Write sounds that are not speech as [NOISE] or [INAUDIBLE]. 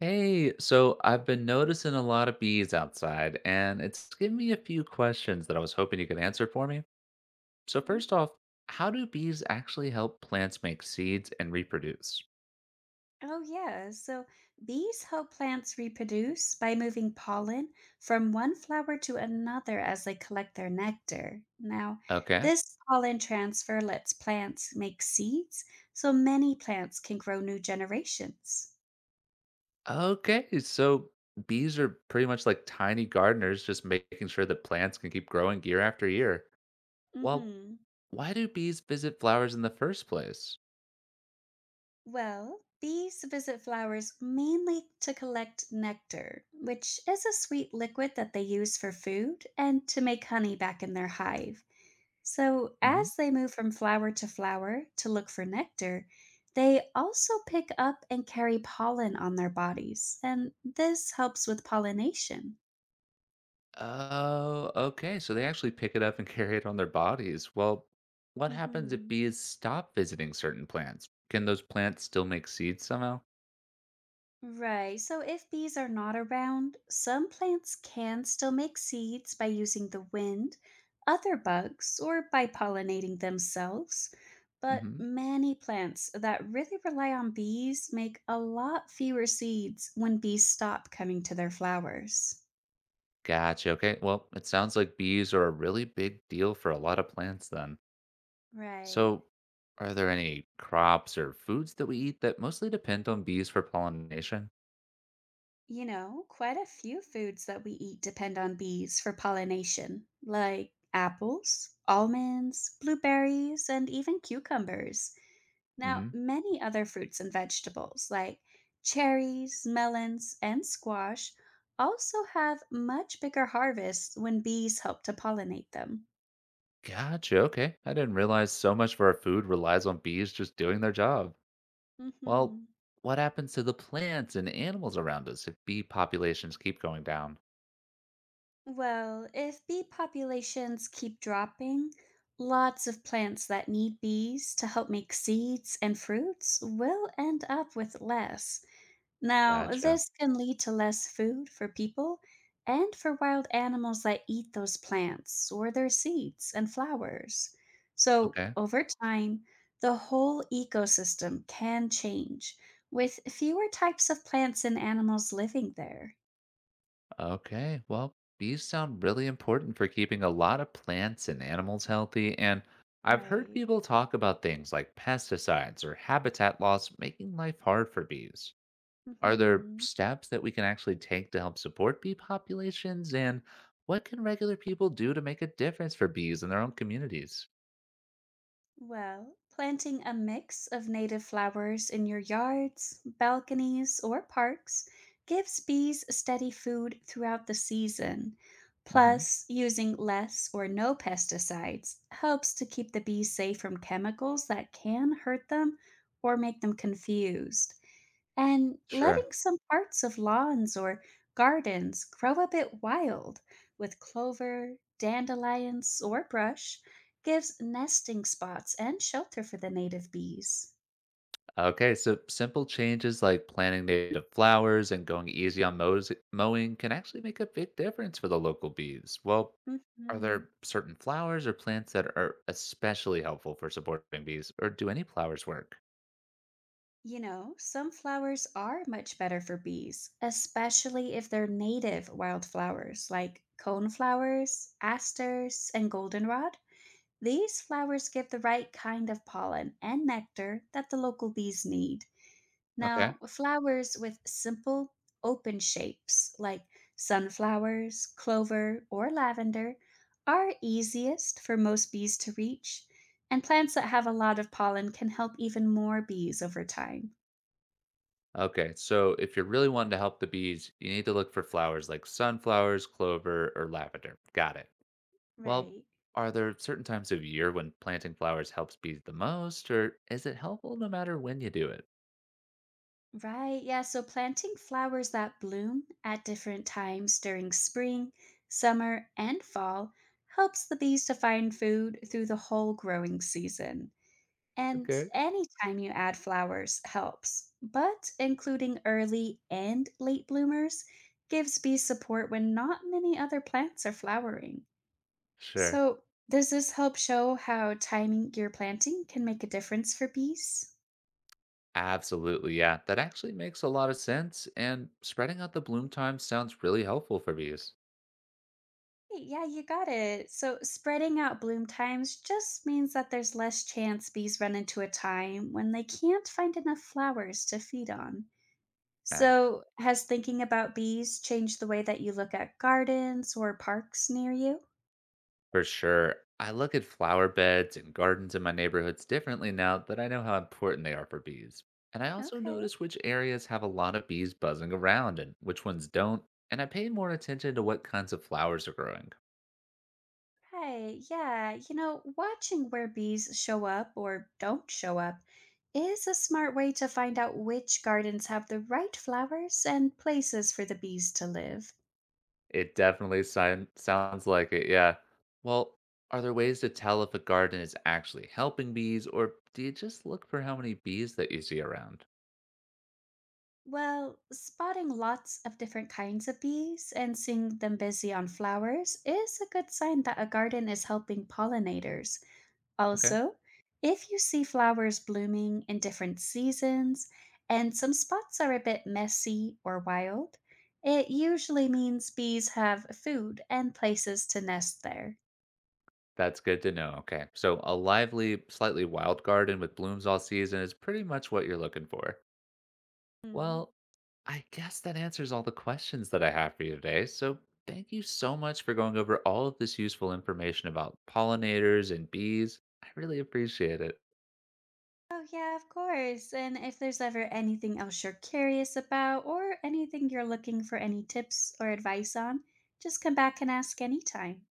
Hey, so I've been noticing a lot of bees outside, and it's given me a few questions that I was hoping you could answer for me. So, Mhm. first off, how do bees actually help plants make seeds and reproduce? Oh, yeah. So bees help plants reproduce by moving pollen from one flower to another as they collect their nectar. Now, Okay. this pollen transfer lets plants make seeds, so many plants can grow new generations. Okay. So, bees are pretty much like tiny gardeners, just making sure that plants can keep growing year after year. Well, hmm why do bees visit flowers in the first place? Well, bees visit flowers mainly to collect nectar, which is a sweet liquid that they use for food and to make honey back in their hive. So, as they move from flower to flower to look for nectar, they also pick up and carry pollen on their bodies, and this helps with pollination. Oh, okay. So they actually pick it up and [LAUGHS] carry it on their bodies. Well, what happens if hmm bees stop visiting certain plants? Can those plants still make seeds somehow? Right, so if bees are not around, some plants can still make seeds by using the wind, other bugs, or by pollinating themselves. But Hmm. many plants that really rely on bees make a lot fewer seeds when bees stop coming to their flowers. Gotcha. Okay. Well, it sounds like bees are a really big deal for a lot of plants then. Right. So, are there any crops or foods that we eat that mostly depend on bees for pollination? You know, quite a few foods that we eat depend on bees for pollination, like apples, almonds, blueberries, and even cucumbers. Now, Hmm. many other fruits and vegetables, like cherries, melons, and squash, also have much bigger harvests when bees help to pollinate them. Gotcha. Okay. I didn't realize so much of our food relies on bees just doing their job. Well, hmm what happens to the plants and animals around us if bee populations keep going down? Well, if bee populations keep dropping, lots of plants that need bees to help make seeds and fruits will end up with less. Now, Gotcha. this can lead to less food for people and for wild animals that eat those plants or their seeds and flowers. So, Okay. over time, the whole ecosystem can change with fewer types of plants and animals living there. Okay. Well, bees sound really important for keeping a lot of plants and animals healthy. And I've heard Right. people talk about things like pesticides or habitat loss making life hard for bees. Are there hmm steps that we can actually take to help support bee populations? And what can regular people do to make a difference for bees in their own communities? Well, planting a mix of native flowers in your yards, balconies, or parks gives bees steady food throughout the season. Hmm. Plus, using less or no pesticides helps to keep the bees safe from chemicals that can hurt them or make them confused and Sure. letting some parts of lawns or gardens grow a bit wild with clover, dandelions, or brush gives nesting spots and shelter for the native bees. Okay, so simple changes like planting native flowers and going easy on mowing can actually make a big difference for the local bees. Well, are Mhm. there certain flowers or plants that are especially helpful for supporting bees, or do any flowers work? You know, some flowers are much better for bees, especially if they're native wildflowers like coneflowers, asters, and goldenrod. These flowers give the right kind of pollen and nectar that the local bees need. Okay. Now, flowers with simple, open shapes like sunflowers, clover, or lavender are easiest for most bees to reach, and plants that have a lot of pollen can help even more bees over time. Okay, so if you're really wanting to help the bees, you need to look for flowers like sunflowers, clover, or lavender. Got it. Well, Right. are there certain times of year when planting flowers helps bees the most, or is it helpful no matter when you do it? Right, yeah. So planting flowers that bloom at different times during spring, summer, and fall helps the bees to find food through the whole growing season. And Okay. any time you add flowers helps, but including early and late bloomers gives bees support when not many other plants are flowering. Sure. So, does this help show how timing your planting can make a difference for bees? Absolutely, yeah. That actually makes a lot of sense, and spreading out the bloom time sounds really helpful for bees. Hey, yeah, you got it. So, spreading out bloom times just means that there's less chance bees run into a time when they can't find enough flowers to feed on. Nice. So, has thinking about bees changed the way that you look at gardens or parks near you? For sure. I look at flower beds and gardens in my neighborhoods differently now that I know how important they are for bees. And I also Okay, notice which areas have a lot of bees buzzing around and which ones don't, and I pay more attention to what kinds of flowers are growing. right. Yeah, you know, watching where bees show up or don't show up is a smart way to find out which gardens have the right flowers and places for the bees to live. It definitely sounds like it, yeah. Well, are there ways to tell if a garden is actually helping bees, or do you just look for how many bees that you see around? Well, spotting lots of different kinds of bees and seeing them busy on flowers is a good sign that a garden is helping pollinators. Okay. Also, if you see flowers blooming in different seasons and some spots are a bit messy or wild, it usually means bees have food and places to nest there. That's good to know. Okay. So, a lively, slightly wild garden with blooms all season is pretty much what you're looking for. Hmm. Well, I guess that answers all the questions that I have for you today. So, thank you so much for going over all of this useful information about pollinators and bees. I really appreciate it. Oh, yeah, of course. And if there's ever anything else you're curious about or anything you're looking for any tips or advice on, just come back and ask anytime.